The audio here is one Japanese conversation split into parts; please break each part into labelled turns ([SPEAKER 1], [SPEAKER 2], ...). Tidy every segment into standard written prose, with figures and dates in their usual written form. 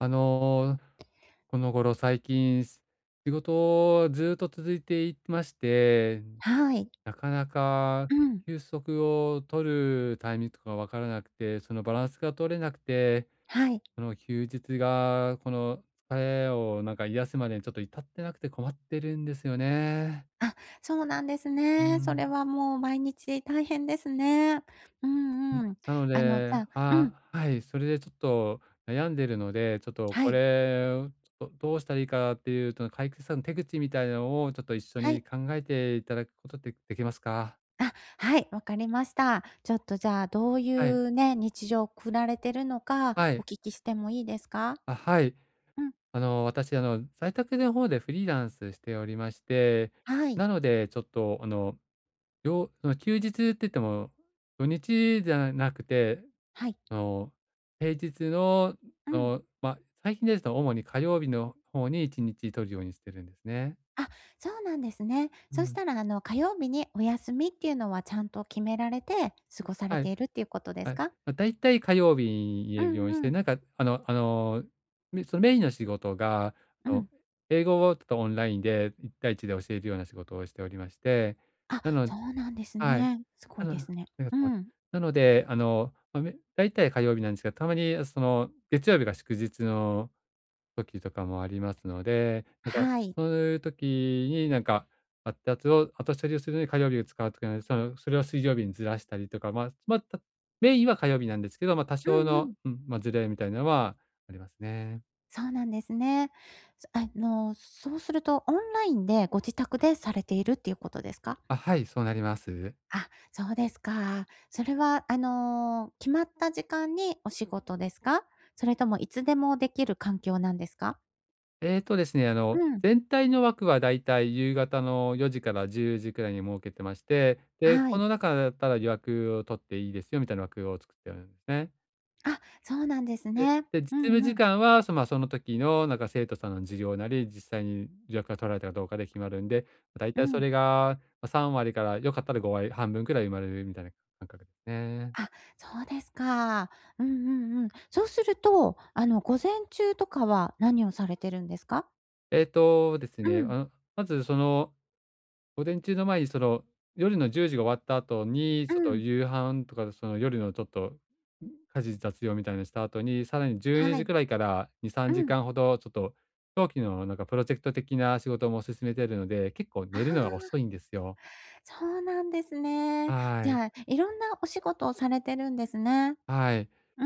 [SPEAKER 1] あの、この頃最近、仕事をずっと続いていまして、
[SPEAKER 2] はい。
[SPEAKER 1] なかなか
[SPEAKER 2] うん、
[SPEAKER 1] 休息を取るタイミングとかわからなくて、そのバランスが取れなくて、
[SPEAKER 2] はい。
[SPEAKER 1] その休日がこの疲れをなんか癒すまでにちょっと至ってなくて困ってるんですよね。
[SPEAKER 2] あ、そうなんです
[SPEAKER 1] う
[SPEAKER 2] ね。それ
[SPEAKER 1] ん。
[SPEAKER 2] はもう毎日大変ですね。うんうん。
[SPEAKER 1] なの
[SPEAKER 2] あの、じ
[SPEAKER 1] で、
[SPEAKER 2] ゃあうん、
[SPEAKER 1] ああ、はい、それでちょっと悩んでるので、ちょっと
[SPEAKER 2] は
[SPEAKER 1] こ
[SPEAKER 2] い、
[SPEAKER 1] れをどうしたらいいかっていうと、解決策の手口みたいなのをちょっと一緒
[SPEAKER 2] は
[SPEAKER 1] に
[SPEAKER 2] い。
[SPEAKER 1] 考えていただくことってできますか？
[SPEAKER 2] あ、はい、わかりました。ちょっとじゃあ、どうい
[SPEAKER 1] はい。
[SPEAKER 2] うね、日常を送られてるのか、
[SPEAKER 1] は
[SPEAKER 2] お
[SPEAKER 1] い。
[SPEAKER 2] 聞きしてもいいですか？
[SPEAKER 1] あ、はい。
[SPEAKER 2] うん、
[SPEAKER 1] 私、在宅の方でフリーランスしておりまして、
[SPEAKER 2] はい、
[SPEAKER 1] なのでちょっと、その休日って言っても、土日じゃなくて
[SPEAKER 2] はい、
[SPEAKER 1] あの、平日の、
[SPEAKER 2] うん。
[SPEAKER 1] まあ、最近ですと主に火曜日の方に1日取るようにしてるんですね。
[SPEAKER 2] あ、そうなんですね。
[SPEAKER 1] う
[SPEAKER 2] そし
[SPEAKER 1] ん。
[SPEAKER 2] たら、あの、火曜日にお休みっていうのはちゃんと決められて過ごされ
[SPEAKER 1] はい、
[SPEAKER 2] ているっていうことで
[SPEAKER 1] は
[SPEAKER 2] す
[SPEAKER 1] い。ま
[SPEAKER 2] か？
[SPEAKER 1] あ、だいたい火曜日に入
[SPEAKER 2] う
[SPEAKER 1] れるようにし
[SPEAKER 2] んう
[SPEAKER 1] て、
[SPEAKER 2] ん、
[SPEAKER 1] なんか、そのメインの仕事が、
[SPEAKER 2] う
[SPEAKER 1] あの、
[SPEAKER 2] ん。
[SPEAKER 1] 英語をちょっとオンラインで1対1で教えるような仕事をしておりまして、
[SPEAKER 2] あ、
[SPEAKER 1] なの
[SPEAKER 2] そうなんです
[SPEAKER 1] はい。
[SPEAKER 2] ね。すごいで
[SPEAKER 1] あ
[SPEAKER 2] すね。
[SPEAKER 1] りがと
[SPEAKER 2] う
[SPEAKER 1] うございます。
[SPEAKER 2] ん。
[SPEAKER 1] なので、ま、だいたい火曜日なんですが、たまに、その、月曜日が祝日の時とかもありますので、なんか
[SPEAKER 2] はい。
[SPEAKER 1] そういう時になんか、後処理をするのに火曜日を使うとかなので、その、それを水曜日にずらしたりとか、まあ、メインは火曜日なんですけど、まあ、多
[SPEAKER 2] う
[SPEAKER 1] 少
[SPEAKER 2] んう
[SPEAKER 1] の、
[SPEAKER 2] ん。
[SPEAKER 1] うん、まあ、ずれみたいなのはありますね。
[SPEAKER 2] そうなんですね。あの、そうするとオンラインでご自宅でされているっていうことですか？
[SPEAKER 1] あ、はい、そうなります。
[SPEAKER 2] あ、そうですか。それは、あの、決まった時間にお仕事ですか？それともいつでもできる環境なんですか？
[SPEAKER 1] ですね、
[SPEAKER 2] うん、
[SPEAKER 1] 全体の枠はだいたい夕方の4時から10時くらいに設けてまして、で、
[SPEAKER 2] は
[SPEAKER 1] こ
[SPEAKER 2] い。
[SPEAKER 1] の中だったら予約を取っていいですよみたいな枠を作ってあるんですね。
[SPEAKER 2] あ、そうなんです
[SPEAKER 1] で
[SPEAKER 2] ね。
[SPEAKER 1] で、実
[SPEAKER 2] う
[SPEAKER 1] 務
[SPEAKER 2] ん
[SPEAKER 1] 時
[SPEAKER 2] うん。
[SPEAKER 1] 間は、まあ、その時のなんか生徒さんの授業なり、実際に予約が取られたかどうかで決まるんで、だい
[SPEAKER 2] う
[SPEAKER 1] たいそ
[SPEAKER 2] ん。
[SPEAKER 1] れが、ま、3割から良かったら5割、半分くらい生まれるみたいな感覚ですね。
[SPEAKER 2] あ、そうですか。うんうんうん。そうすると、あの、午前中とかは何をされてるんですか？
[SPEAKER 1] です
[SPEAKER 2] う
[SPEAKER 1] ね、
[SPEAKER 2] ん、
[SPEAKER 1] まずその午前中の前にその、夜の10時が終わった後に、
[SPEAKER 2] う
[SPEAKER 1] ちょっと
[SPEAKER 2] ん、
[SPEAKER 1] 夕飯とかその夜のちょっと、家事雑用みたいなのした後に、さらに12
[SPEAKER 2] は
[SPEAKER 1] 時
[SPEAKER 2] い、
[SPEAKER 1] くらいから2、
[SPEAKER 2] う
[SPEAKER 1] 3
[SPEAKER 2] ん。
[SPEAKER 1] 時間ほどちょっと、長期のなんかプロジェクト的な仕事も進めてるので、結構
[SPEAKER 2] あ
[SPEAKER 1] 寝るのが
[SPEAKER 2] あ、
[SPEAKER 1] 遅いんですよ。
[SPEAKER 2] そうなんですね。
[SPEAKER 1] は
[SPEAKER 2] じ
[SPEAKER 1] い、
[SPEAKER 2] ゃあ、いろんなお仕事をされてるんですね。
[SPEAKER 1] はい。
[SPEAKER 2] う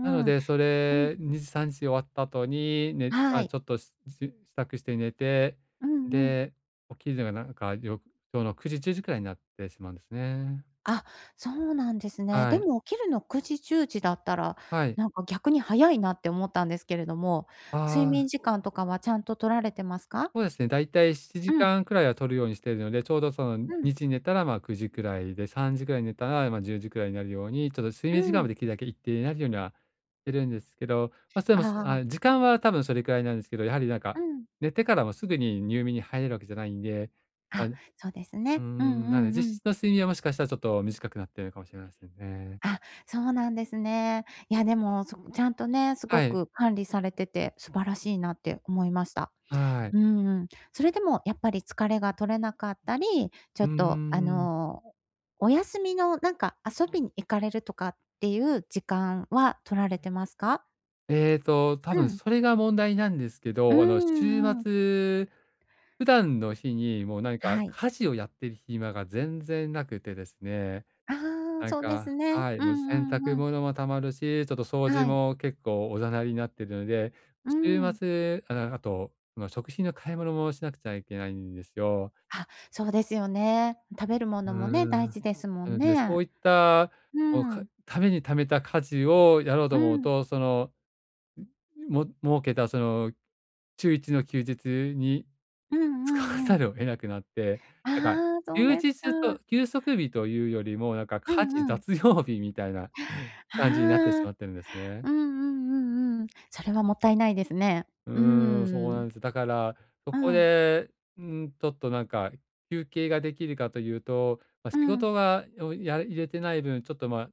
[SPEAKER 1] なの
[SPEAKER 2] うんうん。
[SPEAKER 1] で、そ
[SPEAKER 2] うん、
[SPEAKER 1] れ、2時、3時終わった後に、ね、ま
[SPEAKER 2] は
[SPEAKER 1] あ、
[SPEAKER 2] い。
[SPEAKER 1] ちょっとし支度して寝て、
[SPEAKER 2] うんうん。
[SPEAKER 1] で、起きるのがなんか、今日の9時、10時くらいになってしまうんですね。
[SPEAKER 2] あ、そうなんですね。
[SPEAKER 1] は
[SPEAKER 2] で
[SPEAKER 1] い、
[SPEAKER 2] も起きるの9時、中時だったら、
[SPEAKER 1] はい。
[SPEAKER 2] なんか逆に早いなって思ったんですけれども、睡
[SPEAKER 1] あ
[SPEAKER 2] 眠
[SPEAKER 1] あ、
[SPEAKER 2] 時間とかはちゃんと取られてますか？
[SPEAKER 1] そうですね、だいたい7
[SPEAKER 2] うん、
[SPEAKER 1] 時間くらいは取るようにしているので、ちょうどその
[SPEAKER 2] うん、
[SPEAKER 1] 2時に寝たら、ま、9時くらいで、3時くらいに寝たら、ま、10時くらいになるように、ちょっと睡
[SPEAKER 2] う
[SPEAKER 1] 眠時間
[SPEAKER 2] ん。
[SPEAKER 1] もできるだけ一定になるようにはしてるんですけど、まあ、それ
[SPEAKER 2] あ
[SPEAKER 1] も
[SPEAKER 2] あ。
[SPEAKER 1] 時間は多分それくらいなんですけど、やはりなん
[SPEAKER 2] う
[SPEAKER 1] か、
[SPEAKER 2] ん。
[SPEAKER 1] 寝てからもすぐに入眠に入れるわけじゃないんで、まあ、
[SPEAKER 2] あ、そうですね。うん
[SPEAKER 1] なので
[SPEAKER 2] うんう
[SPEAKER 1] 実
[SPEAKER 2] ん。
[SPEAKER 1] 質の睡眠はもしかしたらちょっと短くなってるかもしれませんね。
[SPEAKER 2] あ、そうなんですね。いや、でも、ちゃんとね、すご
[SPEAKER 1] はい、
[SPEAKER 2] く管理されてて素晴らしいなって思いました。
[SPEAKER 1] はい。
[SPEAKER 2] うんうん。それでもやっぱり疲れが取れなかったり、ち
[SPEAKER 1] う
[SPEAKER 2] ょ
[SPEAKER 1] ー
[SPEAKER 2] っと、あ
[SPEAKER 1] ん。
[SPEAKER 2] の、お休みのなんか遊びに行かれるとかっていう時間は取られてますか？
[SPEAKER 1] 多
[SPEAKER 2] う
[SPEAKER 1] 分
[SPEAKER 2] ん。
[SPEAKER 1] それが問題なんですけ
[SPEAKER 2] う
[SPEAKER 1] ど、週
[SPEAKER 2] んうん。
[SPEAKER 1] 末、普段の日にもう何か
[SPEAKER 2] はい。
[SPEAKER 1] 家事をやってる暇が全然なくてですね、
[SPEAKER 2] ああ、
[SPEAKER 1] なん
[SPEAKER 2] そうで
[SPEAKER 1] か
[SPEAKER 2] すね。
[SPEAKER 1] はい、
[SPEAKER 2] うん
[SPEAKER 1] もう洗
[SPEAKER 2] う
[SPEAKER 1] 濯
[SPEAKER 2] んうん。
[SPEAKER 1] 物も溜まるし、ちょっと掃除
[SPEAKER 2] はい。
[SPEAKER 1] も結構おざなりになってるので、
[SPEAKER 2] う
[SPEAKER 1] 週
[SPEAKER 2] ん。
[SPEAKER 1] 末、あと、まあ、食品の買い物もしなくちゃいけないんですよ。
[SPEAKER 2] あ、そうですよね。食べるも
[SPEAKER 1] うー
[SPEAKER 2] のもね、大
[SPEAKER 1] ん。
[SPEAKER 2] 事ですも
[SPEAKER 1] な
[SPEAKER 2] ん
[SPEAKER 1] ので、そ
[SPEAKER 2] ね。
[SPEAKER 1] ういった、
[SPEAKER 2] う
[SPEAKER 1] もう、か
[SPEAKER 2] ん。
[SPEAKER 1] ために貯めた家事をやろうと
[SPEAKER 2] う
[SPEAKER 1] 思う
[SPEAKER 2] ん。
[SPEAKER 1] と、そのも設けたその、週1の休日に
[SPEAKER 2] うんう
[SPEAKER 1] 使わ
[SPEAKER 2] んう
[SPEAKER 1] ざ
[SPEAKER 2] ん。
[SPEAKER 1] るを得なくなって、なんか、
[SPEAKER 2] ああ、そう
[SPEAKER 1] 休
[SPEAKER 2] ですか。
[SPEAKER 1] 日と休息日というよりも、なんか
[SPEAKER 2] う
[SPEAKER 1] 家事
[SPEAKER 2] んうん。
[SPEAKER 1] 雑用日みたいな 感じになってし
[SPEAKER 2] あ
[SPEAKER 1] まっ
[SPEAKER 2] あ。
[SPEAKER 1] てるんですね。
[SPEAKER 2] うんうんうんうん。それはもったいないですね。
[SPEAKER 1] う
[SPEAKER 2] う
[SPEAKER 1] ーん、そう
[SPEAKER 2] ー
[SPEAKER 1] な
[SPEAKER 2] ん。
[SPEAKER 1] んです。だから、そ
[SPEAKER 2] う
[SPEAKER 1] こ
[SPEAKER 2] ん。
[SPEAKER 1] で、うん、ちょっとなんか、休憩ができるかというと、ま、
[SPEAKER 2] う
[SPEAKER 1] 仕
[SPEAKER 2] ん。
[SPEAKER 1] 事がをや入れてない分、ちょっと、ま、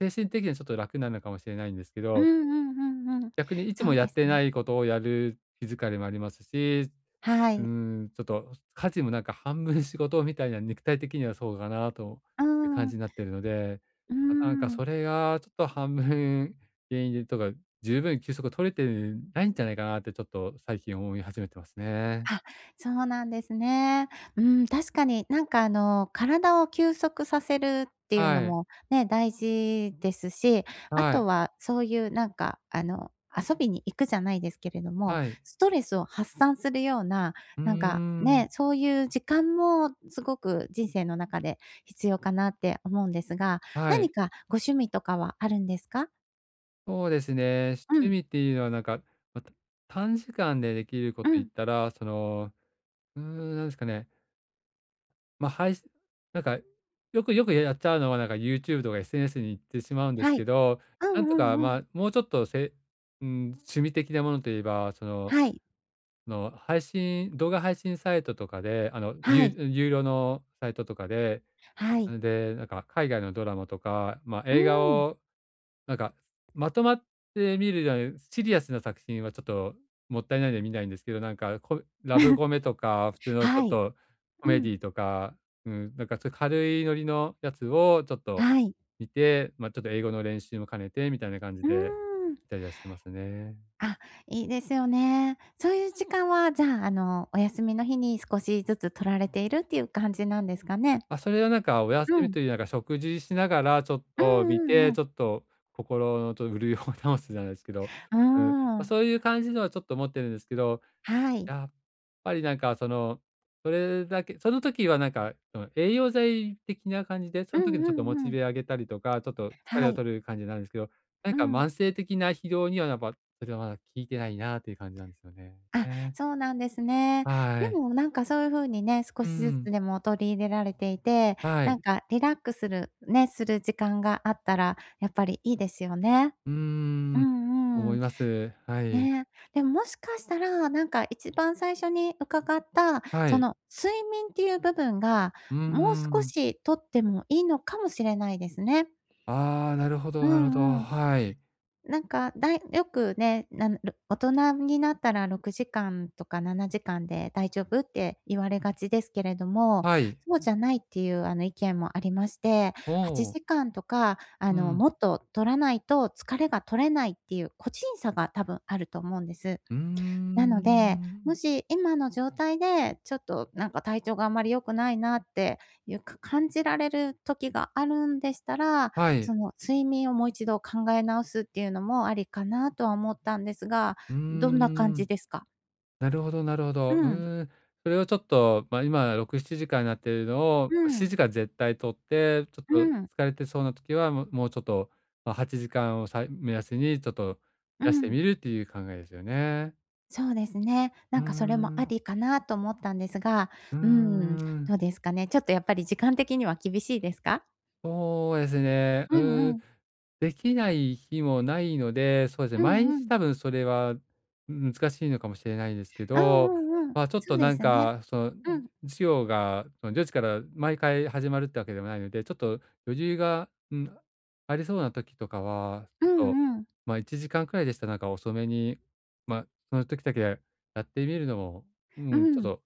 [SPEAKER 1] 精神的にはちょっと楽なのかもしれないんですけ
[SPEAKER 2] うん
[SPEAKER 1] ど、
[SPEAKER 2] うんうんうん。
[SPEAKER 1] 逆にいつ
[SPEAKER 2] そ
[SPEAKER 1] も
[SPEAKER 2] う
[SPEAKER 1] や
[SPEAKER 2] で
[SPEAKER 1] っ
[SPEAKER 2] す
[SPEAKER 1] てな
[SPEAKER 2] ね。
[SPEAKER 1] いことをやる気疲れもありますし、
[SPEAKER 2] は
[SPEAKER 1] うー
[SPEAKER 2] い。
[SPEAKER 1] ちょっと家事もなんか半分仕事みたいな、肉体的にはそうかなと
[SPEAKER 2] う
[SPEAKER 1] いう感
[SPEAKER 2] ん。
[SPEAKER 1] じになってるので、
[SPEAKER 2] うー
[SPEAKER 1] あ、なんか
[SPEAKER 2] ん。
[SPEAKER 1] それがちょっと半分原因でとか、十分休息を取れてないんじゃないかなってちょっと最近思い始めてますね。
[SPEAKER 2] あ、そうなんですね。うん、確かになんかあの、体を休息させるっていうの
[SPEAKER 1] はい、
[SPEAKER 2] もね、大事ですし、あ
[SPEAKER 1] はい、
[SPEAKER 2] とはそういうなんかあの、遊びに行くじゃないですけれども、
[SPEAKER 1] はい。
[SPEAKER 2] ストレスを発散するような、
[SPEAKER 1] うー
[SPEAKER 2] なんか
[SPEAKER 1] ん、
[SPEAKER 2] ね、そういう時間もすごく人生の中で必要かなって思うんですが、
[SPEAKER 1] は
[SPEAKER 2] 何
[SPEAKER 1] い。
[SPEAKER 2] かご趣味とかはあるんですか？
[SPEAKER 1] そうですね、
[SPEAKER 2] う
[SPEAKER 1] 趣
[SPEAKER 2] ん、
[SPEAKER 1] 味っていうのはなんか、ま、た短時間でできるこ
[SPEAKER 2] う
[SPEAKER 1] と言っ
[SPEAKER 2] ん、
[SPEAKER 1] たら、その、なんですかね。ま、あ配信なんか、よくよくやっちゃうのは、なんか YouTube とか SNS に行ってしまうんです
[SPEAKER 2] はい。
[SPEAKER 1] けど、
[SPEAKER 2] う
[SPEAKER 1] なん
[SPEAKER 2] ん
[SPEAKER 1] と
[SPEAKER 2] う
[SPEAKER 1] か、
[SPEAKER 2] んう
[SPEAKER 1] ま
[SPEAKER 2] ん。
[SPEAKER 1] あ、もうちょっと、せうん、趣味的なものといえば、その
[SPEAKER 2] はい、
[SPEAKER 1] その、動画配信サイトとかで、有
[SPEAKER 2] はい、
[SPEAKER 1] 有料のサイトとかで、
[SPEAKER 2] は
[SPEAKER 1] な
[SPEAKER 2] い。
[SPEAKER 1] ので、なんか海外のドラマとか、まあ、
[SPEAKER 2] う
[SPEAKER 1] 映画
[SPEAKER 2] ん。
[SPEAKER 1] をなんか、まとまって見るようなシリアスな作品はちょっともったいないので見ないんですけど、なんか、ラブコメとか、普通のちょ
[SPEAKER 2] は
[SPEAKER 1] っ
[SPEAKER 2] い。
[SPEAKER 1] とコ
[SPEAKER 2] う
[SPEAKER 1] メデ
[SPEAKER 2] ん。
[SPEAKER 1] ィとか、うん、なんかそういう軽いノリのやつをちょっと
[SPEAKER 2] はい。
[SPEAKER 1] 見て、ま、ちょっと英語の練習も兼ねてみたいな感じ
[SPEAKER 2] うー
[SPEAKER 1] で
[SPEAKER 2] ん。
[SPEAKER 1] 見たりはしてますね。
[SPEAKER 2] あ、いいですよね。そういう時間は、じゃあ、あの、お休みの日に少しずつ取られているっていう感じなんですかね？
[SPEAKER 1] あ、それはなんかお休
[SPEAKER 2] う
[SPEAKER 1] み
[SPEAKER 2] ん。
[SPEAKER 1] というなんか食事しながらちょっ
[SPEAKER 2] うん
[SPEAKER 1] と見
[SPEAKER 2] うん
[SPEAKER 1] て、
[SPEAKER 2] うん
[SPEAKER 1] ちょっと心の潤いを 保つじゃないですけど、
[SPEAKER 2] うー
[SPEAKER 1] うん、ま、
[SPEAKER 2] ん。
[SPEAKER 1] そういう感じのはちょっと持ってるんですけど、
[SPEAKER 2] はい。
[SPEAKER 1] やっぱりなんかその、それだけその時はなんか、その栄養剤的な感じで、そ
[SPEAKER 2] うん
[SPEAKER 1] の時のち
[SPEAKER 2] う
[SPEAKER 1] ょっとモ
[SPEAKER 2] ん
[SPEAKER 1] チ
[SPEAKER 2] うん。
[SPEAKER 1] ベ上げたりとか、ちょっと疲れ
[SPEAKER 2] は
[SPEAKER 1] を
[SPEAKER 2] い。
[SPEAKER 1] 取る感じなんですけど、なん
[SPEAKER 2] う
[SPEAKER 1] か
[SPEAKER 2] ん。
[SPEAKER 1] 慢性的な疲労にはやっぱ、それはまだ効いてないなっていう感じなんですよね。
[SPEAKER 2] あ、
[SPEAKER 1] ね。
[SPEAKER 2] そうなんですね。
[SPEAKER 1] は
[SPEAKER 2] で
[SPEAKER 1] い。
[SPEAKER 2] も、なんか、そういう風にね、少
[SPEAKER 1] う
[SPEAKER 2] しず
[SPEAKER 1] ん。
[SPEAKER 2] つでも取り入れられていて、
[SPEAKER 1] は
[SPEAKER 2] な
[SPEAKER 1] い。
[SPEAKER 2] んか、リラックスるね、する時間があったら、やっぱりいいですよね。
[SPEAKER 1] うー
[SPEAKER 2] う
[SPEAKER 1] ん。
[SPEAKER 2] ん
[SPEAKER 1] 思
[SPEAKER 2] う
[SPEAKER 1] い
[SPEAKER 2] ん。
[SPEAKER 1] ます。はい。
[SPEAKER 2] ねえ、でも、もしかしたら、なんか一番最初に伺った、
[SPEAKER 1] は
[SPEAKER 2] そ
[SPEAKER 1] い。
[SPEAKER 2] の睡眠っていう部分が、
[SPEAKER 1] うー
[SPEAKER 2] もう少
[SPEAKER 1] ん。
[SPEAKER 2] し取ってもいいのかもしれないですね。
[SPEAKER 1] ああ、なるほ
[SPEAKER 2] う
[SPEAKER 1] どなるほど。
[SPEAKER 2] んうん。
[SPEAKER 1] はい。
[SPEAKER 2] なんか、よくね、なる大人になったら6時間とか7時間で大丈夫って言われがちですけれども、
[SPEAKER 1] はい。
[SPEAKER 2] そうじゃないっていう、あの、意見もありまして、
[SPEAKER 1] お
[SPEAKER 2] 8
[SPEAKER 1] お。
[SPEAKER 2] 時間とか、あ
[SPEAKER 1] う
[SPEAKER 2] の、
[SPEAKER 1] ん。
[SPEAKER 2] もっと取らないと疲れが取れないっていう個人差が多分あると思うんです。
[SPEAKER 1] うー
[SPEAKER 2] なので、も
[SPEAKER 1] ん。
[SPEAKER 2] し今の状態で、ちょっとなんか体調があんまり良くないなっていうか感じられる時があるんでしたら、
[SPEAKER 1] はい。
[SPEAKER 2] その睡眠をもう一度考え直すっていうのもありかなとは思ったんですが、
[SPEAKER 1] うー
[SPEAKER 2] どんな感
[SPEAKER 1] ん。
[SPEAKER 2] じですか？
[SPEAKER 1] なるほどなるほど。う
[SPEAKER 2] うん、
[SPEAKER 1] ーん。それをちょっと、まあ、今6、7時間になっているのを、
[SPEAKER 2] う
[SPEAKER 1] 7
[SPEAKER 2] ん、
[SPEAKER 1] 時間絶対取って、ちょっと
[SPEAKER 2] うん、
[SPEAKER 1] 疲れてそうな時は、もうちょっと、まあ、8時間を目安にちょっと増
[SPEAKER 2] う
[SPEAKER 1] やして
[SPEAKER 2] ん。
[SPEAKER 1] みるっていう考えですよね。
[SPEAKER 2] そうですね。
[SPEAKER 1] うー
[SPEAKER 2] なんかそれもあ
[SPEAKER 1] ん。
[SPEAKER 2] りかなと思ったんですが、
[SPEAKER 1] うー
[SPEAKER 2] うーん、
[SPEAKER 1] ん。
[SPEAKER 2] どうですかね。ちょっとやっぱり時間的には厳しいですか？
[SPEAKER 1] そうですね。う
[SPEAKER 2] うん
[SPEAKER 1] ー
[SPEAKER 2] う
[SPEAKER 1] ん、
[SPEAKER 2] ん。
[SPEAKER 1] できない日もないので、そうですね、
[SPEAKER 2] う
[SPEAKER 1] 毎
[SPEAKER 2] んう
[SPEAKER 1] 日
[SPEAKER 2] ん。
[SPEAKER 1] 多分それは、うん難しいのかもしれないですけ
[SPEAKER 2] う
[SPEAKER 1] ど、
[SPEAKER 2] んうんうん。
[SPEAKER 1] まあ、ちょっ
[SPEAKER 2] そ
[SPEAKER 1] と
[SPEAKER 2] うで
[SPEAKER 1] なん
[SPEAKER 2] すね。
[SPEAKER 1] か、その、
[SPEAKER 2] うん。
[SPEAKER 1] 授業がその4時から毎回始まるってわけでもないので、ちょっと余裕が、うん、ありそうな時とかは、ち
[SPEAKER 2] う
[SPEAKER 1] ょっと、
[SPEAKER 2] んうん。
[SPEAKER 1] まあ、1時間くらいでしたらなんか遅めに、まあ、その時だけやってみるのも、
[SPEAKER 2] う
[SPEAKER 1] うん、ちょっ
[SPEAKER 2] ん。
[SPEAKER 1] と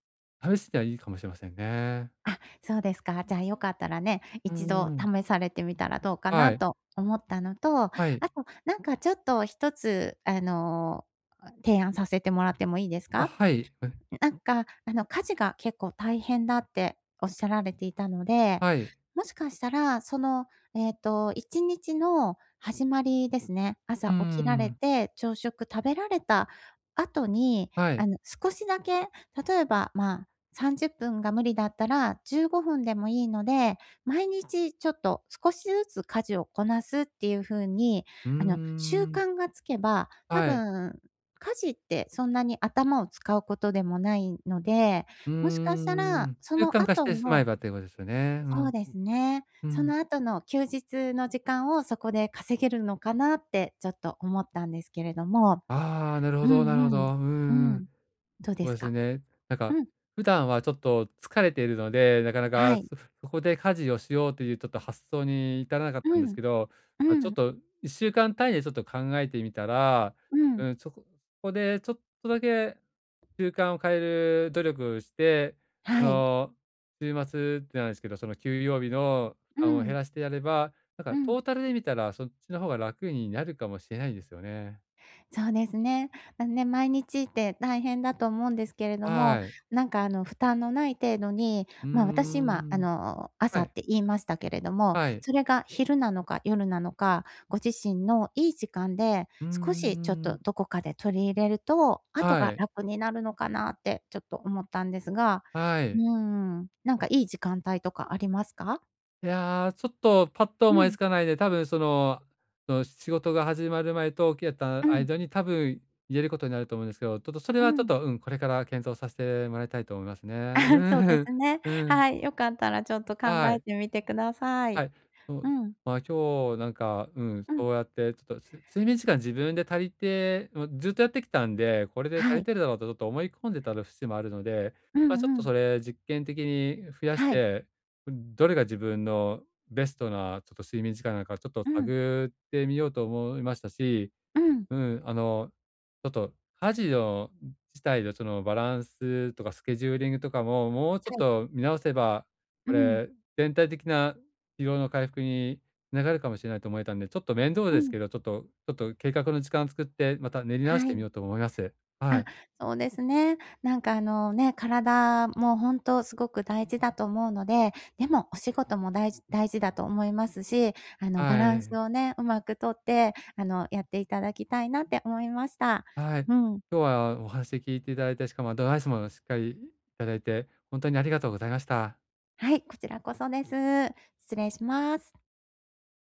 [SPEAKER 1] 試してはいいかもしれませんね。
[SPEAKER 2] あ、そうですか。じゃあよかったらね、
[SPEAKER 1] う
[SPEAKER 2] 一度
[SPEAKER 1] ん。
[SPEAKER 2] 試されてみたらどうか
[SPEAKER 1] は
[SPEAKER 2] な
[SPEAKER 1] い。
[SPEAKER 2] と思ったのと、あ
[SPEAKER 1] はい。
[SPEAKER 2] となんかちょっと一つあの、提案させてもらってもいいです
[SPEAKER 1] あ、
[SPEAKER 2] か？
[SPEAKER 1] はい。え、
[SPEAKER 2] なんか、あの、家事が結構大変だっておっしゃられていたので、
[SPEAKER 1] はい。
[SPEAKER 2] もしかしたら、その、えっと、1日の始まりですね、
[SPEAKER 1] うー
[SPEAKER 2] 朝起きられ
[SPEAKER 1] ん。
[SPEAKER 2] て、朝食食べられた後に、
[SPEAKER 1] はい。
[SPEAKER 2] あの、少しだけ、例えば、まあ、30分が無理だったら、15分でもいいので、毎日ちょっと少しずつ家事をこなすっていう風に、
[SPEAKER 1] うー
[SPEAKER 2] あの、習
[SPEAKER 1] ん。
[SPEAKER 2] 慣がつけば、多
[SPEAKER 1] はい。
[SPEAKER 2] 分家事ってそんなに頭を使うことでもないので、
[SPEAKER 1] う
[SPEAKER 2] もしかした
[SPEAKER 1] ー
[SPEAKER 2] ら、
[SPEAKER 1] ん。
[SPEAKER 2] そ
[SPEAKER 1] 習
[SPEAKER 2] の
[SPEAKER 1] 慣化し
[SPEAKER 2] 後
[SPEAKER 1] てしまえ
[SPEAKER 2] の
[SPEAKER 1] ばということですよね。う
[SPEAKER 2] そ
[SPEAKER 1] ん。
[SPEAKER 2] うですね、
[SPEAKER 1] う
[SPEAKER 2] そ
[SPEAKER 1] ん。
[SPEAKER 2] の後の休日の時間をそこで稼げるのかなってちょっと思ったんですけれども。
[SPEAKER 1] ああ、なるほ
[SPEAKER 2] う
[SPEAKER 1] ど
[SPEAKER 2] ん
[SPEAKER 1] なるほ
[SPEAKER 2] うん。
[SPEAKER 1] ど。うん
[SPEAKER 2] う
[SPEAKER 1] う
[SPEAKER 2] ん。
[SPEAKER 1] ん、
[SPEAKER 2] どうで
[SPEAKER 1] そう
[SPEAKER 2] す
[SPEAKER 1] です
[SPEAKER 2] か？
[SPEAKER 1] ね。なんか、
[SPEAKER 2] うん、
[SPEAKER 1] 普段はちょっと疲れているので、なかな
[SPEAKER 2] は
[SPEAKER 1] か
[SPEAKER 2] い。
[SPEAKER 1] そこで家事をしようというちょっと発想に至らなかっ
[SPEAKER 2] う
[SPEAKER 1] たんです
[SPEAKER 2] ん、
[SPEAKER 1] けど、
[SPEAKER 2] う
[SPEAKER 1] まあ、ちょっ
[SPEAKER 2] ん、
[SPEAKER 1] と1週間単位でちょっと考えてみたら、
[SPEAKER 2] う
[SPEAKER 1] う
[SPEAKER 2] ん。
[SPEAKER 1] ん、そこそこでちょっとだけ習慣を変える努力をして、そ
[SPEAKER 2] はい。
[SPEAKER 1] の、週末ってなんですけど、その休養日の負
[SPEAKER 2] う
[SPEAKER 1] 担を減
[SPEAKER 2] ん、
[SPEAKER 1] らしてやれば、なん
[SPEAKER 2] う
[SPEAKER 1] かト
[SPEAKER 2] ん。
[SPEAKER 1] ータルで見たらそっちの方が楽になるかもしれないんですよね。
[SPEAKER 2] そうですね。なんね、毎日って大変だと思うんですけれども、
[SPEAKER 1] はい。
[SPEAKER 2] なんかあの負担のない程度に、
[SPEAKER 1] うー
[SPEAKER 2] まあ、私今あ
[SPEAKER 1] ん。
[SPEAKER 2] の
[SPEAKER 1] は
[SPEAKER 2] 朝っ
[SPEAKER 1] い、
[SPEAKER 2] て言いましたけれども、
[SPEAKER 1] はい。
[SPEAKER 2] それが昼なのか夜なのか、ご自身のいい時間で
[SPEAKER 1] うん
[SPEAKER 2] 少しちょっ
[SPEAKER 1] ん。
[SPEAKER 2] とどこかで取り入れると、後
[SPEAKER 1] は
[SPEAKER 2] が
[SPEAKER 1] い、
[SPEAKER 2] 楽になるのかなってちょっと思ったんですが、
[SPEAKER 1] は
[SPEAKER 2] う
[SPEAKER 1] い。
[SPEAKER 2] ん、なんかいい時間帯とかありますか？
[SPEAKER 1] いや、ちょっとパッと
[SPEAKER 2] う
[SPEAKER 1] 思いつ
[SPEAKER 2] ん、
[SPEAKER 1] かないで、多分その、仕事が始まる前と起きて
[SPEAKER 2] う
[SPEAKER 1] た
[SPEAKER 2] ん、
[SPEAKER 1] 間に多分言えることになると思うんですけど、ちょっとそれ
[SPEAKER 2] う
[SPEAKER 1] はちょっ
[SPEAKER 2] ん。
[SPEAKER 1] と、うん、これから検討させてもらいたいと思いますね。う
[SPEAKER 2] そうで
[SPEAKER 1] ん、
[SPEAKER 2] すね。
[SPEAKER 1] うん、
[SPEAKER 2] はい、よかったらちょっと考
[SPEAKER 1] は
[SPEAKER 2] え
[SPEAKER 1] い。
[SPEAKER 2] てみてくださ
[SPEAKER 1] は
[SPEAKER 2] い。
[SPEAKER 1] い。そう、
[SPEAKER 2] う ん、
[SPEAKER 1] まあ、今日なんか、うん、
[SPEAKER 2] うん、
[SPEAKER 1] そうやってちょっと、睡眠時間自分で足りて、もうずっとやってきたんで、これで足
[SPEAKER 2] は
[SPEAKER 1] り
[SPEAKER 2] い。
[SPEAKER 1] てるだろうとちょっと思い込んでた節もあるので、
[SPEAKER 2] う
[SPEAKER 1] ま、ちょっ
[SPEAKER 2] んう
[SPEAKER 1] と
[SPEAKER 2] ん。
[SPEAKER 1] それ実験的に増やし
[SPEAKER 2] はい。
[SPEAKER 1] て、どれが自分のベストなちょっと睡眠時間なのかちょっと
[SPEAKER 2] うん、
[SPEAKER 1] 探ってみようと思いましたし、
[SPEAKER 2] うん。
[SPEAKER 1] うん、ちょっと家事の自体のそのバランスとかスケジューリングとかも、もうちょっ
[SPEAKER 2] はい。
[SPEAKER 1] と見直せば、こ
[SPEAKER 2] うん、
[SPEAKER 1] れ、全体的な疲労の回復に繋がるかもしれないと思えたんで、ちょっと面倒
[SPEAKER 2] う
[SPEAKER 1] です
[SPEAKER 2] ん。
[SPEAKER 1] けど、ちょっと計画の時間を作って、また練り直し
[SPEAKER 2] は
[SPEAKER 1] てみ
[SPEAKER 2] い。
[SPEAKER 1] ようと思います。は
[SPEAKER 2] あ、
[SPEAKER 1] い。
[SPEAKER 2] そうですね。なんかあのね、体も本当すごく大事だと思うので、でもお仕事も大事大事だと思いますし、あのバラ
[SPEAKER 1] は
[SPEAKER 2] ンス
[SPEAKER 1] い。
[SPEAKER 2] をね、うまくとって、あの、やっていただきたいなって思いました。
[SPEAKER 1] はい。
[SPEAKER 2] うん。
[SPEAKER 1] 今日はお話聞いていただいて、しかもアドバイスもしっかりいただいて、本当にありがとうございました。
[SPEAKER 2] はい、こちらこそです。失礼します。